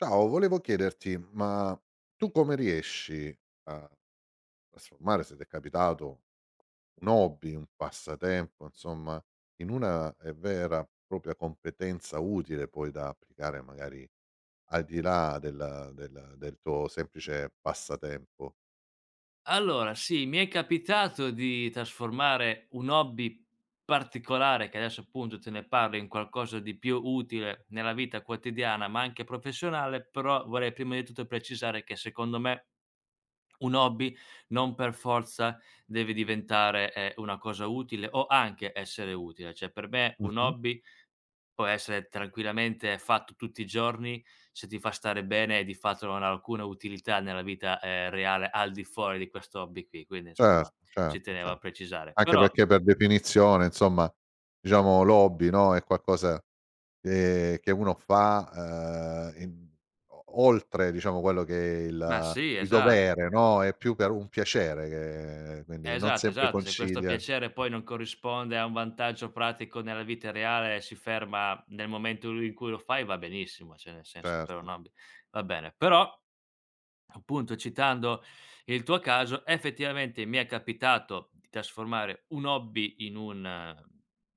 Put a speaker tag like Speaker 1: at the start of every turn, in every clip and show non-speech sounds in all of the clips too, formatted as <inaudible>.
Speaker 1: Ciao, volevo chiederti, ma tu come riesci a trasformare, se ti è capitato, un hobby, un passatempo, insomma, in una vera e propria competenza utile poi da applicare magari al di là del tuo semplice passatempo?
Speaker 2: Allora sì, mi è capitato di trasformare un hobby particolare, che adesso appunto te ne parlo, in qualcosa di più utile nella vita quotidiana, ma anche professionale, però vorrei prima di tutto precisare che secondo me un hobby non per forza deve diventare, una cosa utile o anche essere utile. Cioè per me un
Speaker 1: Mh-mh.
Speaker 2: hobby può essere tranquillamente fatto tutti i giorni, se ti fa stare bene e di fatto non ha alcuna utilità nella vita, reale al di fuori di questo hobby qui, quindi
Speaker 1: Certo,
Speaker 2: insomma ci
Speaker 1: certo,
Speaker 2: tenevo
Speaker 1: cer
Speaker 2: a precisare.
Speaker 1: anche
Speaker 2: Però
Speaker 1: perché per definizione, insomma, diciamo l'hobby, no, è qualcosa che uno fa, in o oltre diciamo quello che è
Speaker 2: ma
Speaker 1: il
Speaker 2: sì,
Speaker 1: il dovere, no, è più per un piacere che quindi non
Speaker 2: esatto,
Speaker 1: sempre
Speaker 2: esatto, se questo
Speaker 1: concilia
Speaker 2: piacere
Speaker 1: eh,
Speaker 2: poi non corrisponde a un vantaggio pratico nella vita reale, si ferma nel momento in cui lo fai, va benissimo, cioè nel senso per un
Speaker 1: certo.
Speaker 2: hobby va bene. Però, appunto, citando il tuo caso, effettivamente mi è capitato di trasformare un hobby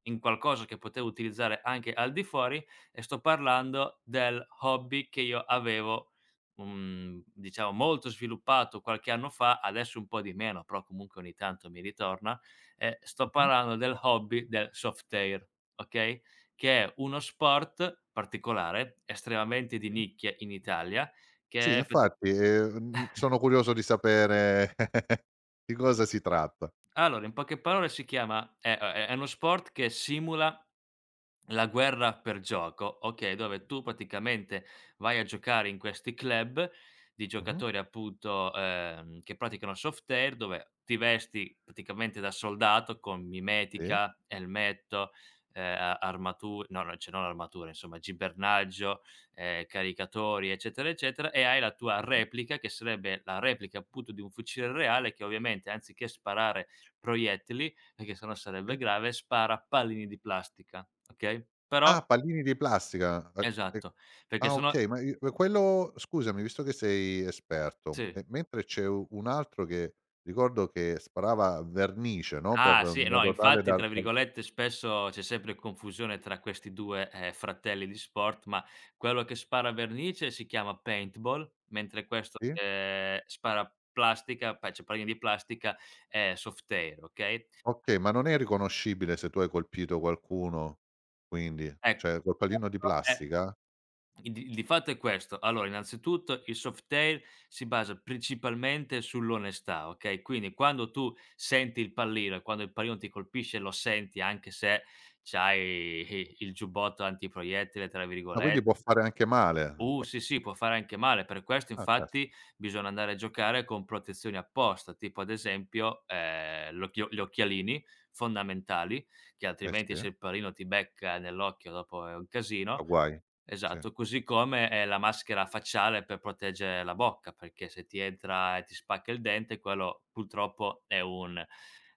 Speaker 2: in qualcosa che potevo utilizzare anche al di fuori, e sto parlando del hobby che io avevo, diciamo molto sviluppato qualche anno fa, adesso un po' di meno, però comunque ogni tanto mi ritorna, e sto
Speaker 1: Mh-mh.
Speaker 2: parlando del hobby del Softair, okay, che è uno sport particolare, estremamente di nicchia in Italia,
Speaker 1: Sì
Speaker 2: che è prati
Speaker 1: infatti, sono curioso di sapere <laughs> di cosa si tratta.
Speaker 2: Allora, in poche parole, si chiama è uno sport che simula la guerra per gioco, okay, dove tu praticamente vai a giocare in questi club di
Speaker 1: Mh-mh.
Speaker 2: giocatori appunto, che praticano soft air, dove ti vesti praticamente da soldato con
Speaker 1: Sì.
Speaker 2: mimetica, elmetto, a armatu no, no, cioè non armature, insomma gibernaggio, caricatori, eccetera, eccetera, e hai la tua
Speaker 1: Mh-mh.
Speaker 2: replica che sarebbe la replica appunto di un fucile reale che ovviamente anziché sparare proiettili, perché se no
Speaker 1: Sì.
Speaker 2: sarebbe grave, spara pallini di plastica, okay,
Speaker 1: Ah,
Speaker 2: però
Speaker 1: pallini di plastica,
Speaker 2: esatto, perché
Speaker 1: Ah,
Speaker 2: se no
Speaker 1: okay, ma i ma quello, scusami, visto che sei esperto,
Speaker 2: sì.
Speaker 1: e mentre c'è u un altro che ricordo che sparava vernice, no, per
Speaker 2: Ah sì,
Speaker 1: in
Speaker 2: no,
Speaker 1: modo tale
Speaker 2: infatti,
Speaker 1: da
Speaker 2: tra
Speaker 1: dal
Speaker 2: virgolette, spesso c'è sempre confusione tra questi 2, fratelli di sport, ma quello che spara vernice si chiama paintball, mentre questo
Speaker 1: sì?
Speaker 2: che spara plastica, pa cioè pallini di plastica, è soft air, okay?
Speaker 1: Okay, ma non è riconoscibile se tu hai colpito qualcuno, quindi?
Speaker 2: Ecco,
Speaker 1: Cioè col pallino di
Speaker 2: questo è
Speaker 1: plastica?
Speaker 2: Il di fatto è questo: allora, innanzitutto il Softair si basa principalmente sull'onestà, okay, quindi quando tu senti il pallino e quando il pallino ti colpisce, lo senti anche se c'hai il giubbotto antiproiettile, tra
Speaker 1: Ah, quindi può
Speaker 2: virgolette.
Speaker 1: fare anche male in
Speaker 2: Uh,
Speaker 1: qua
Speaker 2: sì, sì, può fare anche male. Per questo
Speaker 1: ah,
Speaker 2: infatti
Speaker 1: caspita,
Speaker 2: bisogna andare a giocare con protezioni apposta, tipo ad esempio, l'occhio gli occhialini fondamentali, che
Speaker 1: eh sì,
Speaker 2: altrimenti se il pallino ti becca nell'occhio dopo è un
Speaker 1: fa
Speaker 2: casino.
Speaker 1: guai. Sì.
Speaker 2: Esatto, così come, la maschera facciale per proteggere la bocca, perché se ti entra e ti spacca il dente, quello purtroppo è un,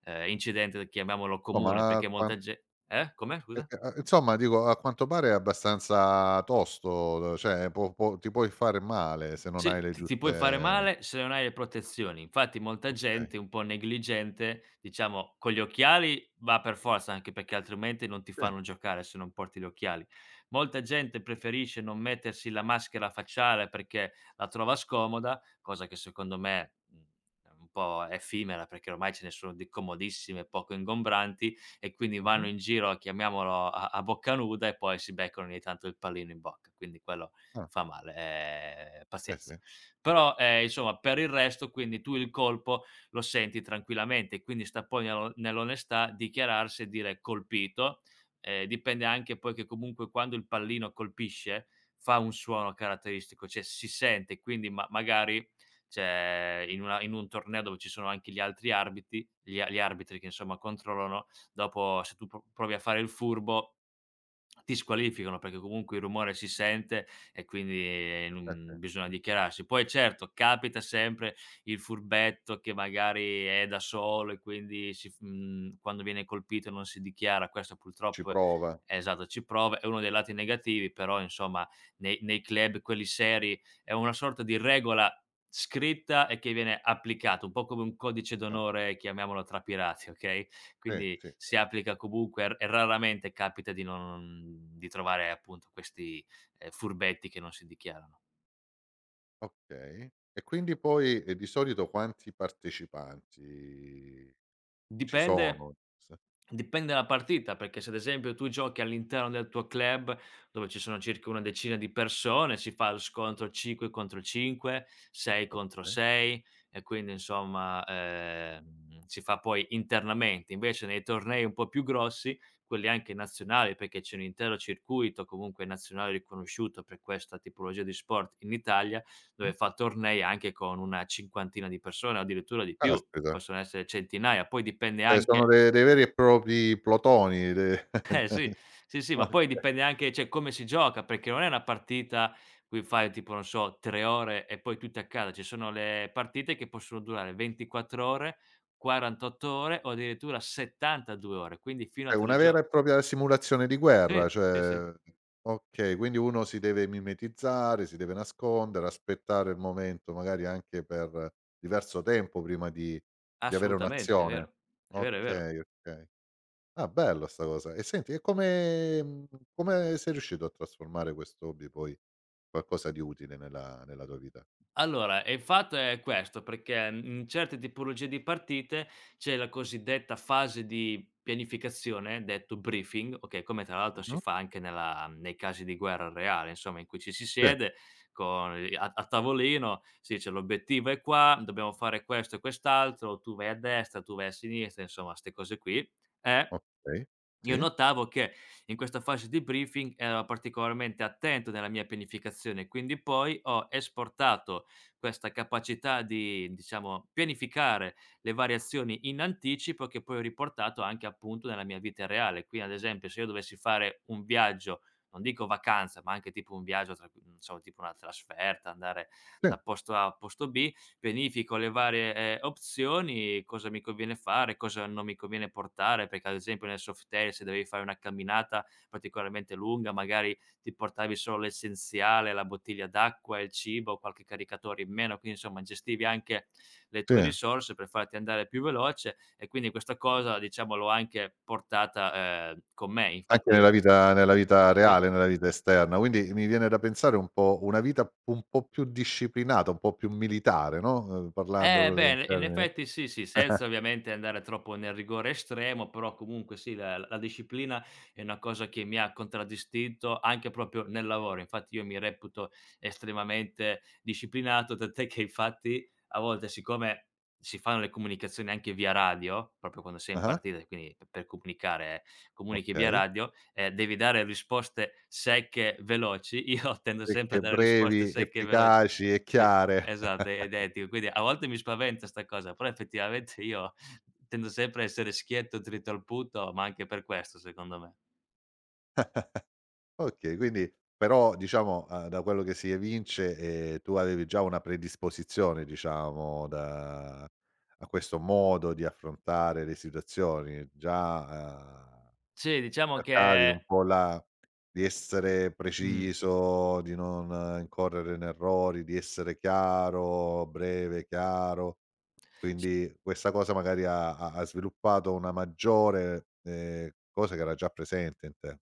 Speaker 2: incidente chiamiamolo
Speaker 1: Oh, ma
Speaker 2: comune.
Speaker 1: a
Speaker 2: Perché
Speaker 1: quan
Speaker 2: molta ge Come scusa?
Speaker 1: e a insomma dico, a quanto pare è abbastanza tosto, cioè può ti puoi fare male se non hai
Speaker 2: Sì,
Speaker 1: le
Speaker 2: ti puoi fare
Speaker 1: giuste
Speaker 2: male se non hai le protezioni. Infatti molta
Speaker 1: okay,
Speaker 2: gente un po' negligente, diciamo, con gli occhiali va per forza, anche perché altrimenti non ti
Speaker 1: sì,
Speaker 2: fanno giocare se non porti gli occhiali. Molta gente preferisce non mettersi la maschera facciale perché la trova scomoda, cosa che secondo me, è un po' effimera, perché ormai ce ne sono di comodissime, poco ingombranti, e quindi vanno
Speaker 1: mh-mh.
Speaker 2: in giro, chiamiamolo, a bocca nuda, e poi si beccano ogni tanto il pallino in bocca. Quindi quello
Speaker 1: Ah,
Speaker 2: fa male,
Speaker 1: eh
Speaker 2: pazienza.
Speaker 1: sì,
Speaker 2: Però, insomma, per il resto, quindi, tu il colpo lo senti tranquillamente, quindi sta poi nell'onestà dichiararsi e dire: "Colpito". Dipende anche poi che comunque quando il pallino colpisce fa un suono caratteristico, cioè si sente, quindi, ma magari, cioè in una in un torneo dove ci sono anche gli altri arbiti gli a gli arbitri che insomma controllano, dopo, se tu provi a fare il furbo ti squalificano, perché comunque il rumore si sente, e quindi
Speaker 1: eh,
Speaker 2: non bisogna dichiararsi. Poi certo, capita sempre il furbetto che magari è da solo e quindi quando viene colpito non si dichiara, questo
Speaker 1: ci
Speaker 2: purtroppo
Speaker 1: prova,
Speaker 2: è esatto, ci prova, è uno dei lati negativi, però insomma nei club, quelli seri, è una sorta di regola scritta e che viene applicata, un po' come un codice
Speaker 1: eh,
Speaker 2: d'onore, chiamiamolo, tra pirati, okay?
Speaker 1: sì,
Speaker 2: Quindi
Speaker 1: sì,
Speaker 2: si applica comunque e raramente capita di non di trovare appunto questi, furbetti che non si dichiarano.
Speaker 1: okay. E quindi poi e di solito quanti partecipanti ci
Speaker 2: Dipende
Speaker 1: sono? S
Speaker 2: Dipende dalla partita, perché se ad esempio tu giochi all'interno del tuo club, dove ci sono circa una decina di persone, si fa lo scontro 5 contro 5, 6 contro
Speaker 1: Okay.
Speaker 2: 6, e quindi, insomma, si fa poi internamente. Invece nei tornei un po' più grossi, quelli anche nazionali, perché c'è un intero circuito comunque nazionale riconosciuto per questa tipologia di sport in Italia,
Speaker 1: Mh?
Speaker 2: dove fa tornei anche con una cinquantina di persone, addirittura di più,
Speaker 1: Caspita,
Speaker 2: possono essere centinaia. Poi dipende
Speaker 1: cioè sono
Speaker 2: anche,
Speaker 1: de dei veri e propri plotoni de
Speaker 2: eh sì,
Speaker 1: <laughs>
Speaker 2: sì,
Speaker 1: <unintelligible>
Speaker 2: sì, ma poi
Speaker 1: okay.
Speaker 2: dipende anche cioè come si gioca, perché non è una partita cui fai tipo, non so, 3 ore e poi tutto accade. Ci sono le partite che possono durare 24 ore, 48 ore, o addirittura 72 ore, quindi fino
Speaker 1: È
Speaker 2: a 3
Speaker 1: una vera
Speaker 2: gio
Speaker 1: e propria simulazione di guerra,
Speaker 2: sì, sì, sì,
Speaker 1: cioè okay, quindi uno si deve mimetizzare, si deve nascondere, aspettare il momento magari anche per diverso tempo prima di avere
Speaker 2: assolutamente, è
Speaker 1: un'azione.
Speaker 2: vero. È vero, è vero.
Speaker 1: Okay, okay. Ah, bella sta cosa. E senti, e come come sei riuscito a trasformare questo hobby poi in qualcosa di utile nella tua vita?
Speaker 2: Allora, e il fatto è questo, perché, in certe tipologie di partite c'è la cosiddetta fase di pianificazione, detto briefing, okay, come tra l'altro si
Speaker 1: Mh-mh.
Speaker 2: fa anche nella nei casi di guerra reale, insomma, in cui ci si
Speaker 1: Sì,
Speaker 2: siede con i a a tavolino, si dice: "L'obiettivo è qua, dobbiamo fare questo e quest'altro, tu vai a destra, tu vai a sinistra", insomma 'ste cose qui. eh
Speaker 1: okay.
Speaker 2: io
Speaker 1: Sì,
Speaker 2: notavo che in questa fase di briefing ero particolarmente attento nella mia pianificazione, quindi poi ho esportato questa capacità di, diciamo, pianificare le variazioni in anticipo, che poi ho riportato anche appunto nella mia vita reale. Quindi, ad esempio, se io dovessi fare un viaggio, non dico vacanza, ma anche tipo un viaggio, tra, non so, tipo una trasferta, andare
Speaker 1: sì,
Speaker 2: da posto A a posto B, pianifico le varie, opzioni, cosa mi conviene fare, cosa non mi conviene portare, perché ad esempio nel Softair, se dovevi fare una camminata particolarmente lunga, magari ti portavi solo l'essenziale, la bottiglia d'acqua, il cibo, qualche caricatore in meno, quindi, insomma, gestivi anche le tue
Speaker 1: sì.
Speaker 2: risorse per farti andare più veloce, e quindi questa cosa, diciamo, l'ho anche portata, con me.
Speaker 1: Anche
Speaker 2: Infatti io
Speaker 1: nella vita
Speaker 2: sì.
Speaker 1: reale, nella vita esterna. Quindi mi viene da pensare un po' una vita un po' più disciplinata, un po' più militare, no, parlando
Speaker 2: Eh
Speaker 1: proprio in
Speaker 2: beh, in
Speaker 1: termini
Speaker 2: effetti sì, sì, senza
Speaker 1: <laughs>
Speaker 2: ovviamente andare troppo nel rigore estremo, però comunque sì, la disciplina è una cosa che mi ha contraddistinto anche proprio nel lavoro. Infatti io mi reputo estremamente disciplinato, tant'è che infatti a volte, siccome si fanno le comunicazioni anche via radio proprio quando sei in
Speaker 1: ah-ah,
Speaker 2: partita, quindi p per comunicare comunichi via
Speaker 1: okay.
Speaker 2: radio, devi dare risposte secche, veloci, io <laughs> tendo sempre a
Speaker 1: Perché
Speaker 2: dare risposte
Speaker 1: brevi,
Speaker 2: secche e veloci.
Speaker 1: efficaci e
Speaker 2: Sì.
Speaker 1: chiare.
Speaker 2: Esatto, è
Speaker 1: <laughs>
Speaker 2: identico. Quindi a volte mi spaventa 'sta cosa, però effettivamente io tendo sempre a essere schietto, dritto al punto, ma anche per questo secondo me.
Speaker 1: Okay, quindi però diciamo, da quello che si evince, tu avevi già una predisposizione diciamo da a questo modo di affrontare le situazioni, già, uhm.
Speaker 2: Sì, diciamo
Speaker 1: Cercavi un
Speaker 2: che
Speaker 1: po' la di essere
Speaker 2: Mh.
Speaker 1: preciso, di non incorrere in errori, di essere chiaro, breve, chiaro.
Speaker 2: s
Speaker 1: Quindi questa cosa magari ha sviluppato una maggiore, cosa che era già presente in te.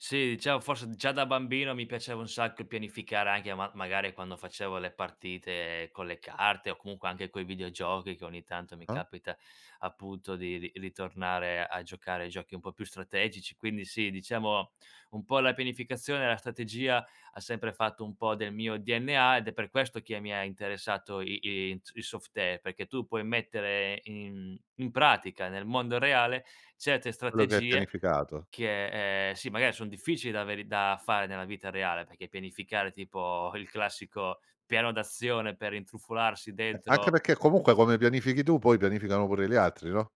Speaker 2: Sì, diciamo forse già da bambino mi piaceva un sacco pianificare, anche, ma magari quando facevo le partite con le carte, o comunque anche coi videogiochi, che ogni tanto mi
Speaker 1: Ah-ah.
Speaker 2: capita appunto di ri ritornare a giocare ai giochi un po' più strategici. Quindi sì, diciamo, un po' la pianificazione e la strategia ha sempre fatto un po' del mio DNA, ed è per questo che mi ha interessato i i il software, perché tu puoi mettere in pratica nel mondo reale certe
Speaker 1: Quello che hai
Speaker 2: strategie
Speaker 1: pianificato.
Speaker 2: che, sì, magari son difficili da fare nella vita reale, perché pianificare, tipo il classico piano d'azione per intrufolarsi
Speaker 1: Anche
Speaker 2: dentro,
Speaker 1: perché comunque
Speaker 2: sì.
Speaker 1: come pianifichi tu, poi pianificano pure gli altri, no,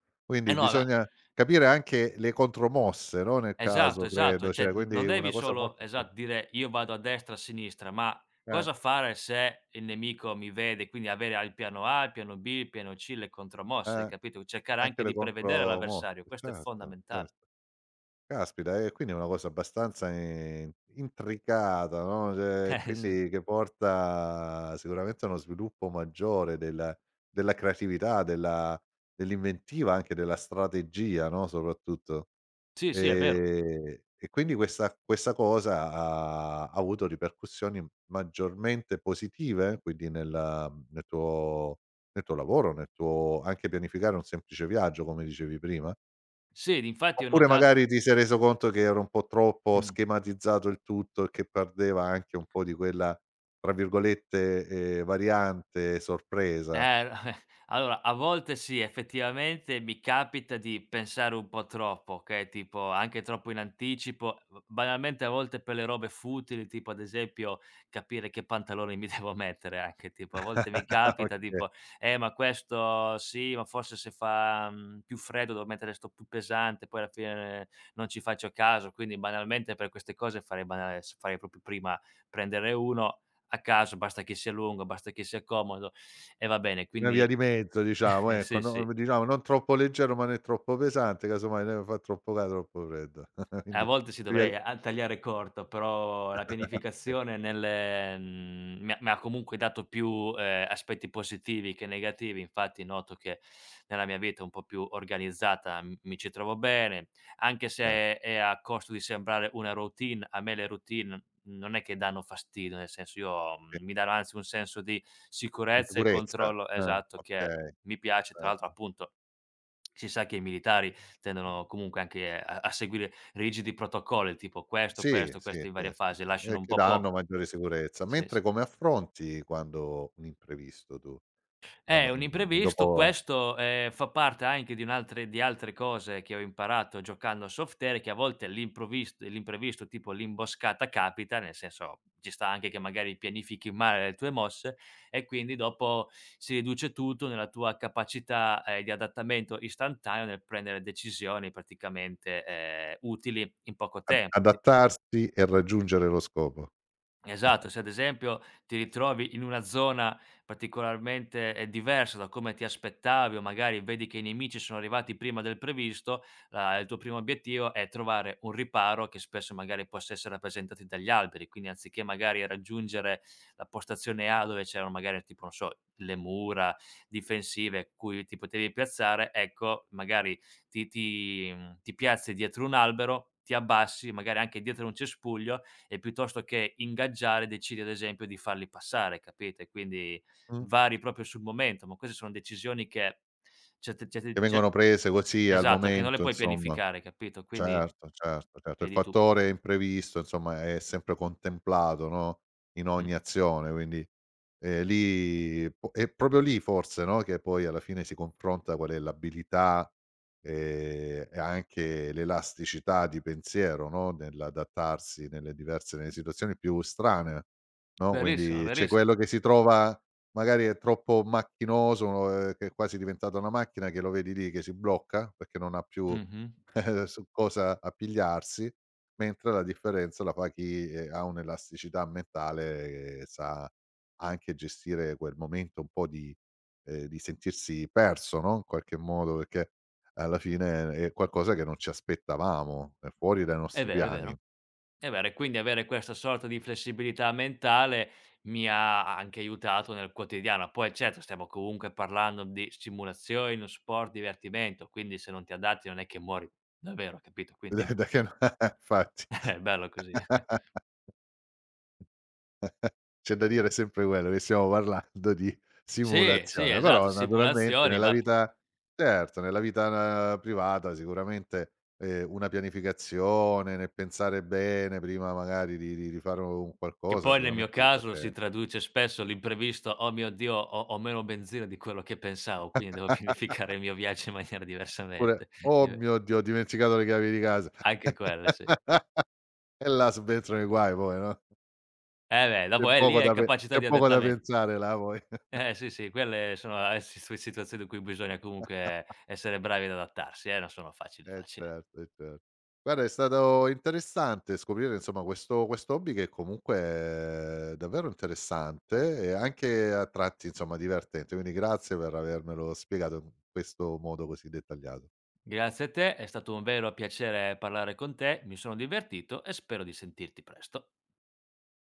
Speaker 2: Eh
Speaker 1: quindi
Speaker 2: no, ma
Speaker 1: bisogna capire anche le contromosse, no, nel caso
Speaker 2: esatto, esatto,
Speaker 1: credo, cioè
Speaker 2: cioè n
Speaker 1: quindi
Speaker 2: non
Speaker 1: è una
Speaker 2: devi
Speaker 1: cosa
Speaker 2: solo,
Speaker 1: molto più
Speaker 2: esatto, dire: "Io vado a destra, a sinistra", ma
Speaker 1: eh,
Speaker 2: cosa fare se il nemico mi vede, quindi avere ha il piano A, il piano B, il piano C, le contromosse,
Speaker 1: eh.
Speaker 2: capito? Cercare
Speaker 1: Anche
Speaker 2: anche
Speaker 1: le
Speaker 2: di prevedere l'avversario,
Speaker 1: contromosse,
Speaker 2: questo è
Speaker 1: certo,
Speaker 2: fondamentale.
Speaker 1: certo. Caspita, e quindi è una cosa abbastanza in intricata, no, cioè
Speaker 2: <laughs> Eh sì.
Speaker 1: quindi che porta sicuramente a uno sviluppo maggiore del della creatività, della dell'inventiva, anche della strategia, no, soprattutto.
Speaker 2: Sì, sì, è vero.
Speaker 1: Ehm, e quindi questa cosa ha avuto ripercussioni maggiormente positive, quindi nel nel tuo nel tuo lavoro, nel tuo anche pianificare un semplice viaggio, come dicevi prima?
Speaker 2: Sì, d infatti ho
Speaker 1: Oppure
Speaker 2: nota
Speaker 1: magari ti sei reso conto che era un po' troppo
Speaker 2: mh.
Speaker 1: schematizzato il tutto e che perdeva anche un po' di quella, tra virgolette, "variante sorpresa"?
Speaker 2: Eh, <laughs> allora, a volte sì, effettivamente mi capita di pensare un po' troppo, okay, tipo anche troppo in anticipo, b banalmente a volte per le robe futili, tipo ad esempio capire che pantaloni mi <laughs> devo mettere, anche, tipo a volte mi
Speaker 1: <laughs>
Speaker 2: capita
Speaker 1: Oka
Speaker 2: tipo: ma questo sì, ma forse se fa, più freddo devo mettere 'sto più pesante", poi alla fine, non ci faccio caso, quindi, banalmente, per queste cose farei banale, s farei proprio prima prendere uno a caso, basta che sia lungo, basta che sia comodo, e va bene,
Speaker 1: Una via
Speaker 2: quindi
Speaker 1: di mezzo diciamo,
Speaker 2: <laughs>
Speaker 1: ecco,
Speaker 2: sì, sì.
Speaker 1: no diciamo non troppo leggero, ma né troppo pesante, casomai ne fa troppo ca troppo freddo. <laughs>
Speaker 2: A
Speaker 1: Quindi
Speaker 2: volte sì,
Speaker 1: via di
Speaker 2: dovrei a tagliare corto, però la
Speaker 1: <laughs>
Speaker 2: pianificazione mi ha comunque dato più, aspetti positivi che negativi. Infatti noto che nella mia vita un po' più organizzata m mi ci trovo bene, anche se è a costo di sembrare una routine. A me le routine non è che danno fastidio, nel senso,
Speaker 1: sì,
Speaker 2: mi danno anzi un senso di
Speaker 1: di
Speaker 2: sicurezza e
Speaker 1: sicurezza.
Speaker 2: controllo,
Speaker 1: Ah,
Speaker 2: esatto, che
Speaker 1: okay,
Speaker 2: mi piace. Tra l'altro,
Speaker 1: certo.
Speaker 2: appunto, si sa che i militari tendono comunque anche a seguire rigidi protocolli, tipo questo,
Speaker 1: Sì,
Speaker 2: questo,
Speaker 1: sì,
Speaker 2: questo in
Speaker 1: sì,
Speaker 2: varie
Speaker 1: sì,
Speaker 2: fasi,
Speaker 1: sì,
Speaker 2: lasciano
Speaker 1: e
Speaker 2: un
Speaker 1: che
Speaker 2: po'
Speaker 1: danno maggiore sicurezza.
Speaker 2: sì,
Speaker 1: Mentre
Speaker 2: sì.
Speaker 1: come affronti quando un imprevisto tu?
Speaker 2: Un imprevisto,
Speaker 1: Dopo
Speaker 2: questo, fa parte anche di altre cose che ho imparato giocando a soft air, che a volte l'imprevisto, tipo l'imboscata, capita, nel senso, ci sta anche che magari pianifichi male le tue mosse e quindi dopo si riduce tutto nella tua capacità, di adattamento istantaneo nel prendere decisioni praticamente, utili in poco
Speaker 1: a
Speaker 2: tempo, ti.
Speaker 1: adattarsi e raggiungere lo scopo.
Speaker 2: Esatto, se ad esempio ti ritrovi in una zona particolarmente, diversa da come ti aspettavi, o magari vedi che i nemici sono arrivati prima del previsto, la il tuo primo obiettivo è trovare un riparo, che spesso magari possa essere rappresentato dagli alberi, quindi anziché magari raggiungere la postazione A dove c'erano magari, tipo, non so, le mura difensive cui ti potevi piazzare, ecco, magari ti piazzi dietro un albero, ti abbassi, magari anche dietro un cespuglio, e piuttosto che ingaggiare, decidi ad esempio di farli passare, capite? Quindi
Speaker 1: Mh.
Speaker 2: vari proprio sul momento, ma queste sono decisioni che certe
Speaker 1: Che
Speaker 2: certe
Speaker 1: vengono
Speaker 2: ce
Speaker 1: prese così al
Speaker 2: esatto, che non le
Speaker 1: momento,
Speaker 2: puoi
Speaker 1: insomma.
Speaker 2: pianificare, capito? Quindi
Speaker 1: Certo, certo, certo. Il
Speaker 2: vedi tu.
Speaker 1: fattore imprevisto, insomma, è sempre contemplato, no, in
Speaker 2: Mh.
Speaker 1: ogni azione, quindi, lì po è proprio lì forse, no, che poi alla fine si confronta qual è l'abilità, e anche l'elasticità di pensiero, no, nell'adattarsi nelle situazioni più strane, no,
Speaker 2: Verissimo,
Speaker 1: quindi c'è quello
Speaker 2: verissimo.
Speaker 1: che si trova magari è troppo macchinoso, uno, che è quasi diventata una macchina, che lo vedi lì che si blocca perché non ha più
Speaker 2: Mh-mh.
Speaker 1: <laughs> su cosa appigliarsi, mentre la differenza la fa chi, ha un'elasticità mentale e sa anche gestire quel momento un po' di sentirsi perso, no, in qualche modo, perché alla fine è qualcosa che non ci aspettavamo, è fuori dai
Speaker 2: È
Speaker 1: nostri
Speaker 2: vero, è
Speaker 1: piani. <laughs>
Speaker 2: vero. È vero, e quindi avere questa sorta di flessibilità mentale mi ha anche aiutato nel quotidiano. Poi certo, stiamo comunque parlando di stimolazione, uno sport, divertimento, quindi se non ti adatti non è che muori davvero, capito?
Speaker 1: Da da che <laughs> no, infatti.
Speaker 2: Bello così. <laughs>
Speaker 1: <laughs> C'è da dire sempre quello, che stiamo parlando di
Speaker 2: Sì, sì,
Speaker 1: simulazione,
Speaker 2: esatto,
Speaker 1: però naturalmente
Speaker 2: simulazioni,
Speaker 1: nella
Speaker 2: va
Speaker 1: vita certo, nella vita privata sicuramente, una pianificazione, nel pensare bene prima magari di fare un
Speaker 2: che
Speaker 1: qualcosa
Speaker 2: poi nel mio
Speaker 1: sicuramente aiuta
Speaker 2: caso si
Speaker 1: sempre.
Speaker 2: traduce spesso l'imprevisto: "Oh mio Dio, ho meno benzina di quello che pensavo, quindi devo <laughs> pianificare il mio viaggio in maniera
Speaker 1: Oppure:
Speaker 2: diversamente."
Speaker 1: <laughs>
Speaker 2: <laughs>
Speaker 1: "Oh
Speaker 2: Dive
Speaker 1: mio Dio, ho dimenticato le chiavi di casa."
Speaker 2: Anche quelle, sì.
Speaker 1: <laughs> E là subentrano i guai poi, no,
Speaker 2: Eh beh, dopo, lì è capacità
Speaker 1: c'è
Speaker 2: di
Speaker 1: poco da
Speaker 2: adattamento.
Speaker 1: pensare là poi.
Speaker 2: Eh sì, sì, quelle sono a si si situazioni in cui bisogna comunque essere bravi ad adattarsi, non sono facili,
Speaker 1: Eh
Speaker 2: facili.
Speaker 1: certo, eh certo. Guarda è stato interessante scoprire insomma questo hobby che comunque è davvero interessante e anche a tratti insomma divertente, quindi grazie per avermelo spiegato in questo modo così dettagliato.
Speaker 2: Grazie a te, è stato un vero piacere parlare con te, mi sono divertito e spero di sentirti presto.